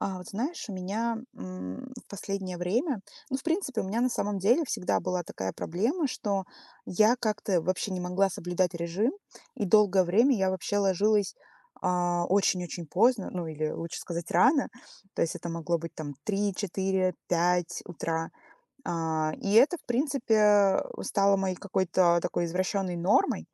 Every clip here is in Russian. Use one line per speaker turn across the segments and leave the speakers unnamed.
Вот знаешь, у меня в последнее время, ну, в принципе, у меня на самом деле всегда была такая проблема, что я как-то вообще не могла соблюдать режим, и долгое время я вообще ложилась очень-очень поздно, ну, или лучше сказать, рано, то есть это могло быть там 3, 4, 5 утра. И это, в принципе, стало моей какой-то такой извращенной нормой.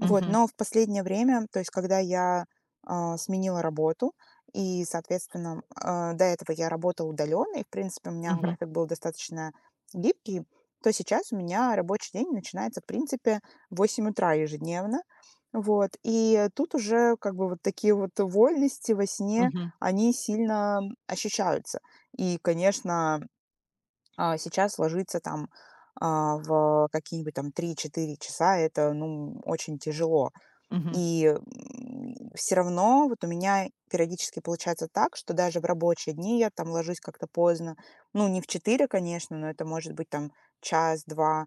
Вот, но в последнее время, то есть когда я, сменила работу и, соответственно, до этого я работала удаленно, и, в принципе, у меня
мгм,
график был достаточно гибкий, то сейчас у меня рабочий день начинается, в принципе, в 8 утра ежедневно. Вот, и тут уже как бы вот такие вот вольности во сне,
мгм,
они сильно ощущаются. И, конечно, сейчас ложиться там в какие-нибудь там 3-4 часа, это, ну, очень тяжело.
мгм.
И все равно вот у меня периодически получается так, что даже в рабочие дни я там ложусь как-то поздно. Ну, не в 4, конечно, но это может быть там час-два.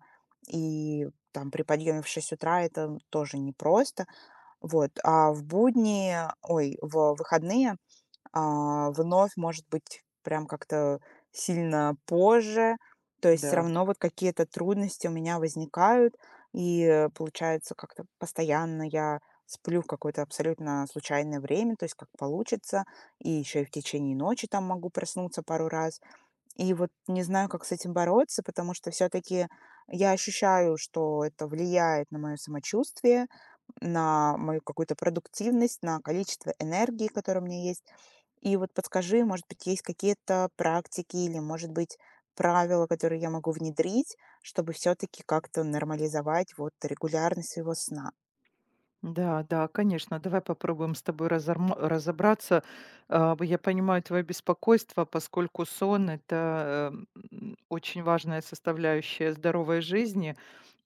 И там при подъеме в 6 утра это тоже непросто. Вот, а в будни, ой, в выходные вновь, может быть, прям как-то сильно позже. То есть все
Да,
равно вот какие-то трудности у меня возникают, и, получается, как-то постоянно я сплю в какое-то абсолютно случайное время, то есть как получится, и еще и в течение ночи там могу проснуться пару раз. И вот не знаю, как с этим бороться, потому что все таки я ощущаю, что это влияет на мое самочувствие, на мою какую-то продуктивность, на количество энергии, которое у меня есть. И вот подскажи, может быть, есть какие-то практики или, может быть, правила, которые я могу внедрить, чтобы все таки как-то нормализовать вот регулярность своего сна?
да, да, конечно. Давай попробуем с тобой разобраться. Я понимаю твое беспокойство, поскольку сон это очень важная составляющая здоровой жизни.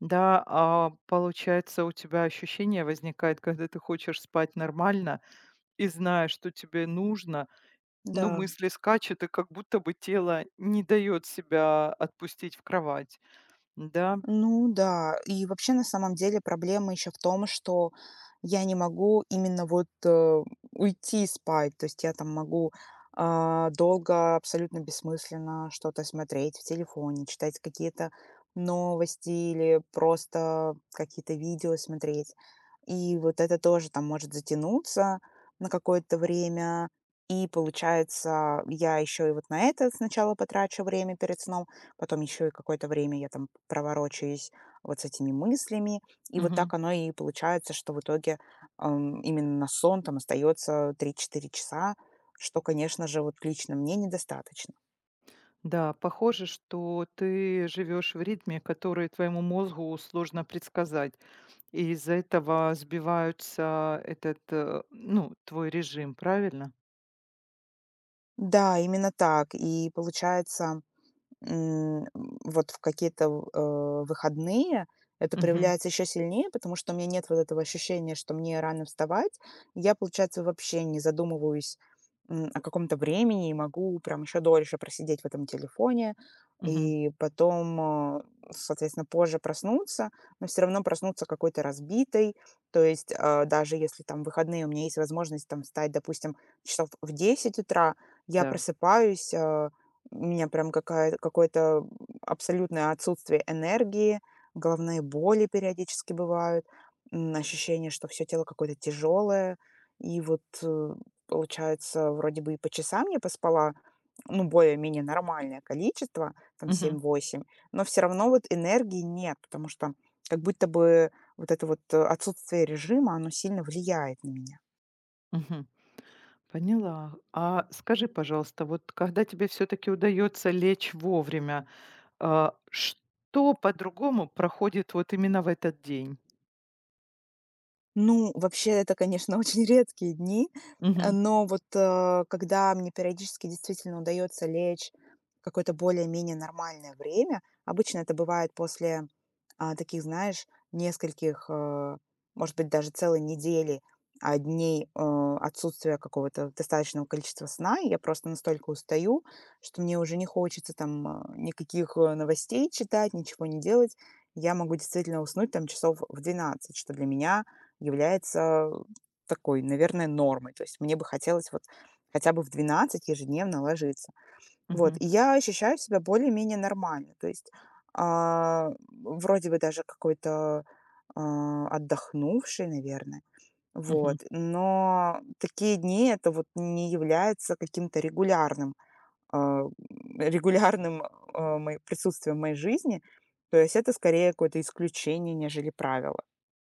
Да, а получается, у тебя ощущение возникает, когда ты хочешь спать нормально и знаешь, что тебе нужно, но
Да.
мысли скачут, и как будто бы тело не дает себя отпустить в кровать. Да.
Ну да, и вообще на самом деле проблема еще в том, что я не могу именно вот уйти спать, то есть я там могу долго, абсолютно бессмысленно что-то смотреть в телефоне, читать какие-то новости или просто какие-то видео смотреть. И вот это тоже там может затянуться на какое-то время. И получается, я еще и вот на это сначала потрачу время перед сном, потом еще и какое-то время я там проворочаюсь вот с этими мыслями. И вот
Мгм.
так оно и получается, что в итоге именно на сон там остается 3-4 часа, что, конечно же, вот лично мне недостаточно.
Да, похоже, что ты живешь в ритме, который твоему мозгу сложно предсказать. И из-за этого сбиваются ну, твой режим, правильно?
Да, именно так. И получается, М, вот в какие-то, выходные это
Мгм.
проявляется еще сильнее, потому что у меня нет вот этого ощущения, что мне рано вставать. Я, получается, вообще не задумываюсь, о каком-то времени и могу прям еще дольше просидеть в этом телефоне.
Мгм.
И потом, э, соответственно, позже проснуться, но все равно проснуться какой-то разбитой. То есть, даже если там выходные у меня есть возможность там встать, допустим, часов в 10 утра, я
Да.
просыпаюсь, у меня прям какая какое-то абсолютное отсутствие энергии, головные боли периодически бывают, ощущение, что все тело какое-то тяжелое. И вот, получается, вроде бы и по часам я поспала, ну, более-менее нормальное количество, там
Мгм.
7-8, но все равно вот энергии нет, потому что как будто бы вот это вот, отсутствие режима, оно сильно влияет на меня.
Мгм. Поняла. Скажи, пожалуйста, вот когда тебе все-таки удается лечь вовремя, что по-другому проходит вот именно в этот день?
Ну, вообще, это, конечно, очень редкие дни,
Мгм.
но вот, когда мне периодически действительно удается лечь в какое-то более-менее нормальное время, обычно это бывает после, таких, знаешь, нескольких, может быть, даже целой недели, дней, отсутствия какого-то достаточного количества сна. И я просто настолько устаю, что мне уже не хочется там, никаких, новостей читать, ничего не делать. Я могу действительно уснуть там часов в 12, что для меня является такой, наверное, нормой. То есть мне бы хотелось вот хотя бы в 12 ежедневно ложиться. Вот,
Мгм.
и я ощущаю себя более-менее нормально. То есть, вроде бы даже какой-то, отдохнувшей, наверное. Вот,
Мгм.
но такие дни- это вот не является каким-то а, регулярным, мои присутствием в моей жизни. То есть это скорее какое-то исключение, нежели правило.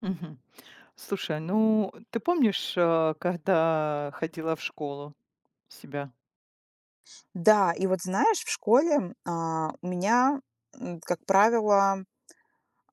Мгм. Слушай, ну ты помнишь, когда ходила в школу себя?
Да, и вот знаешь, в школе, у меня, как правило,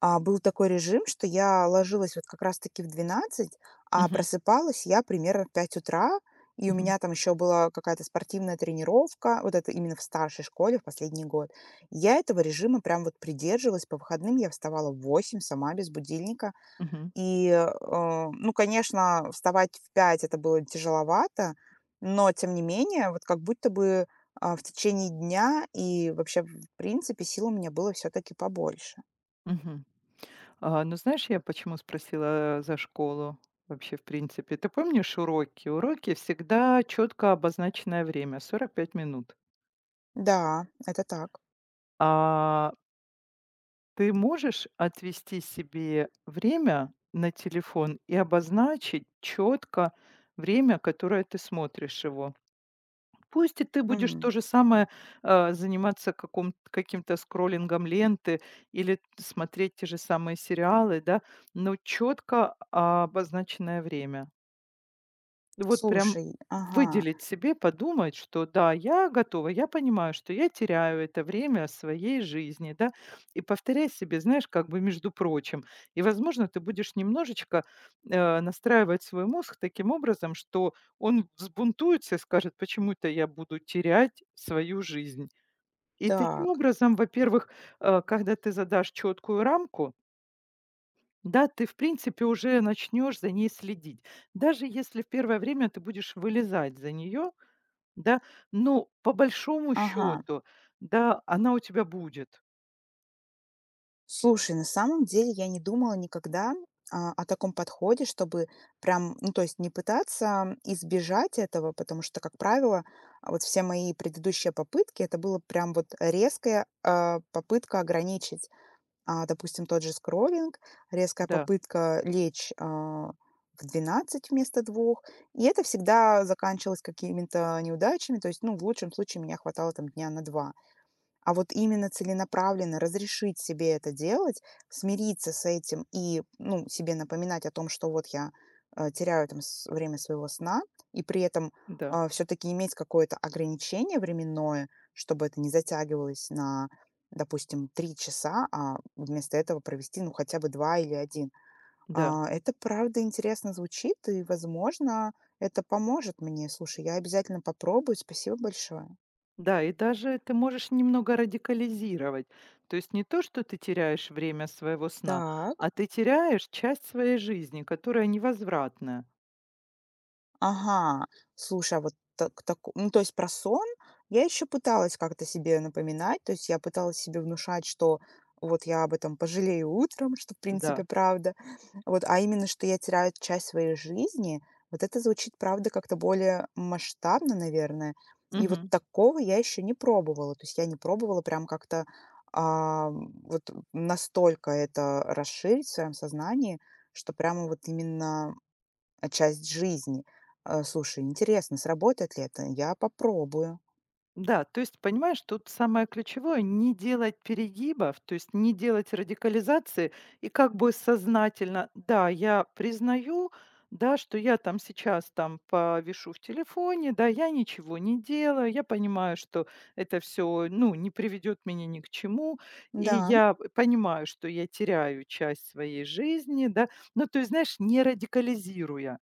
был такой режим, что я ложилась вот как раз-таки в 12, а
Мгм.
просыпалась я примерно в 5 утра, и у
Мгм.
меня там еще была какая-то спортивная тренировка, вот это именно в старшей школе в последний год. Я этого режима прям вот придерживалась. По выходным я вставала в 8 сама без будильника.
Мгм.
И, ну, конечно, вставать в 5 это было тяжеловато, но тем не менее, вот как будто бы, в течение дня и вообще, в принципе, сил у меня было все таки побольше.
Мгм. Ну знаешь, я почему спросила за школу вообще в принципе? Ты помнишь уроки? Уроки всегда четко обозначенное время, 45 минут.
Да, это так.
А ты можешь отвести себе время на телефон и обозначить четко время, которое ты смотришь его? Пусть и ты будешь то
М.
же самое, заниматься каком каким-то скроллингом ленты или смотреть те же самые сериалы, да, но четко обозначенное время. Вот прям
Слушай, ага,
выделить себе, подумать, что да, я готова, я понимаю, что я теряю это время своей жизни, да, и повторяй себе, знаешь, как бы между прочим. И, возможно, ты будешь немножечко настраивать свой мозг таким образом, что он взбунтуется и скажет, почему-то я буду терять свою жизнь. И таким
так,
образом, во-первых, когда ты задашь четкую рамку, да, ты, в принципе, уже начнешь за ней следить. Даже если в первое время ты будешь вылезать за нее, да, но по большому
ага.
счету, да, она у тебя будет.
Слушай, на самом деле я не думала никогда о таком подходе, чтобы прям, ну, то есть не пытаться избежать этого, потому что, как правило, вот все мои предыдущие попытки, это было прям вот резкая попытка ограничить. Допустим, тот же скроллинг, резкая
Да,
попытка лечь в 12 вместо двух, и это всегда заканчивалось какими-то неудачами, то есть, ну, в лучшем случае меня хватало там дня на два. А вот именно целенаправленно разрешить себе это делать, смириться с этим и, ну, себе напоминать о том, что вот я теряю там время своего сна, и при этом
да,
все-таки иметь какое-то ограничение временное, чтобы это не затягивалось на, допустим, три часа, а вместо этого провести, ну, хотя бы два или один.
да.
Это правда интересно звучит, и, возможно, это поможет мне. Слушай, я обязательно попробую. Спасибо большое.
Да, и даже ты можешь немного радикализировать. То есть не то, что ты теряешь время своего сна,
Так.
а ты теряешь часть своей жизни, которая невозвратная.
Ага. Слушай, а вот так, ну, то есть про сон я еще пыталась как-то себе напоминать. То есть я пыталась себе внушать, что вот я об этом пожалею утром, что в принципе
Да.
правда. Вот, а именно, что я теряю часть своей жизни, вот это звучит, правда, как-то более масштабно, наверное. И вот
Мгм.
такого я еще не пробовала. То есть я не пробовала прям как-то, вот настолько это расширить в своем сознании, что прямо вот именно часть жизни. Слушай, интересно, сработает ли это? Я попробую.
Да, то есть, понимаешь, тут самое ключевое- не делать перегибов, то есть не делать радикализации и как бы сознательно: "Да, я признаю, да, что я там сейчас там повишу в телефоне, да, я ничего не делаю, я понимаю, что это все, ну, не приведет меня ни к чему, и
Да.
я понимаю, что я теряю часть своей жизни", да. Ну, то есть, знаешь, не радикализируя.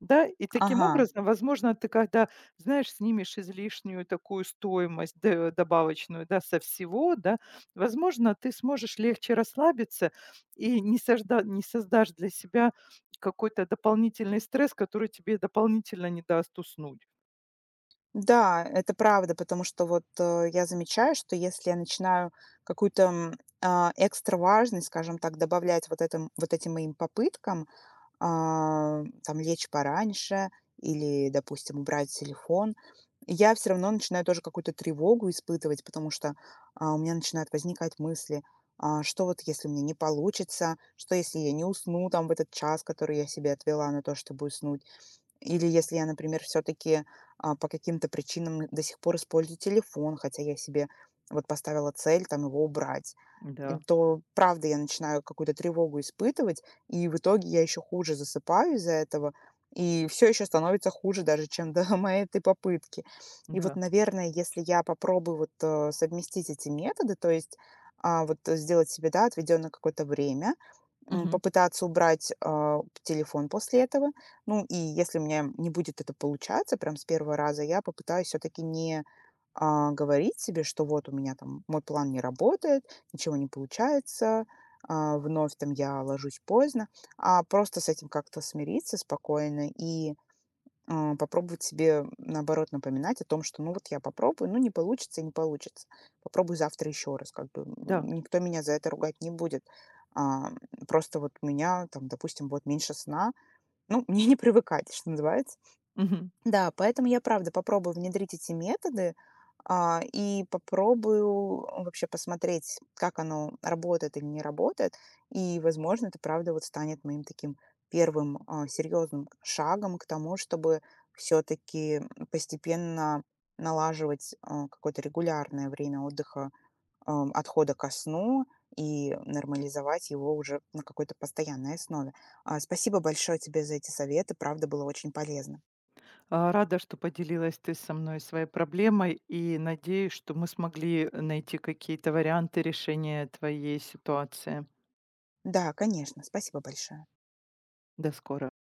Да, и таким
Ага.
образом, возможно, ты когда, знаешь, снимешь излишнюю такую стоимость добавочную, да, со всего, да, возможно, ты сможешь легче расслабиться и не создашь для себя какой-то дополнительный стресс, который тебе дополнительно не даст уснуть.
Да, это правда, потому что вот, я замечаю, что если я начинаю какую-то, экстра важность, скажем так, добавлять вот этом вот этим моим попыткам, там лечь пораньше или, допустим, убрать телефон, я все равно начинаю тоже какую-то тревогу испытывать, потому что у меня начинают возникать мысли, что вот если мне не получится, что если я не усну там в этот час, который я себе отвела на то, чтобы уснуть, или если я, например, все таки по каким-то причинам до сих пор использую телефон, хотя я себе вот поставила цель там его убрать, и
Да,
то правда я начинаю какую-то тревогу испытывать, и в итоге я еще хуже засыпаю из-за этого, и все еще становится хуже даже, чем до моей этой попытки. И вот,
да.
наверное, если я попробую вот, совместить эти методы, то есть, сделать себе, да, отведенное какое-то время,
Мгм.
попытаться убрать, телефон после этого. Ну, и если у меня не будет это получаться прям с первого раза, я попытаюсь все-таки не говорить себе, что вот у меня там мой план не работает, ничего не получается, вновь там я ложусь поздно, а просто с этим как-то смириться спокойно и попробовать себе, наоборот, напоминать о том, что ну вот я попробую, ну не получится, не получится. Попробую завтра еще раз, как бы,
Да.
никто меня за это ругать не будет. А, просто вот у меня там, допустим, вот меньше сна, ну, мне не привыкать, что называется.
Мгм.
Да, поэтому я правда попробую внедрить эти методы, и попробую вообще посмотреть, как оно работает или не работает. И, возможно, это правда вот станет моим таким первым серьезным шагом к тому, чтобы все-таки постепенно налаживать какое-то регулярное время отдыха, отхода ко сну и нормализовать его уже на какой-то постоянной основе. Спасибо большое тебе за эти советы, правда, было очень полезно.
Рада, что поделилась ты со мной своей проблемой и надеюсь, что мы смогли найти какие-то варианты решения твоей ситуации.
Да, конечно, спасибо большое.
До скорого.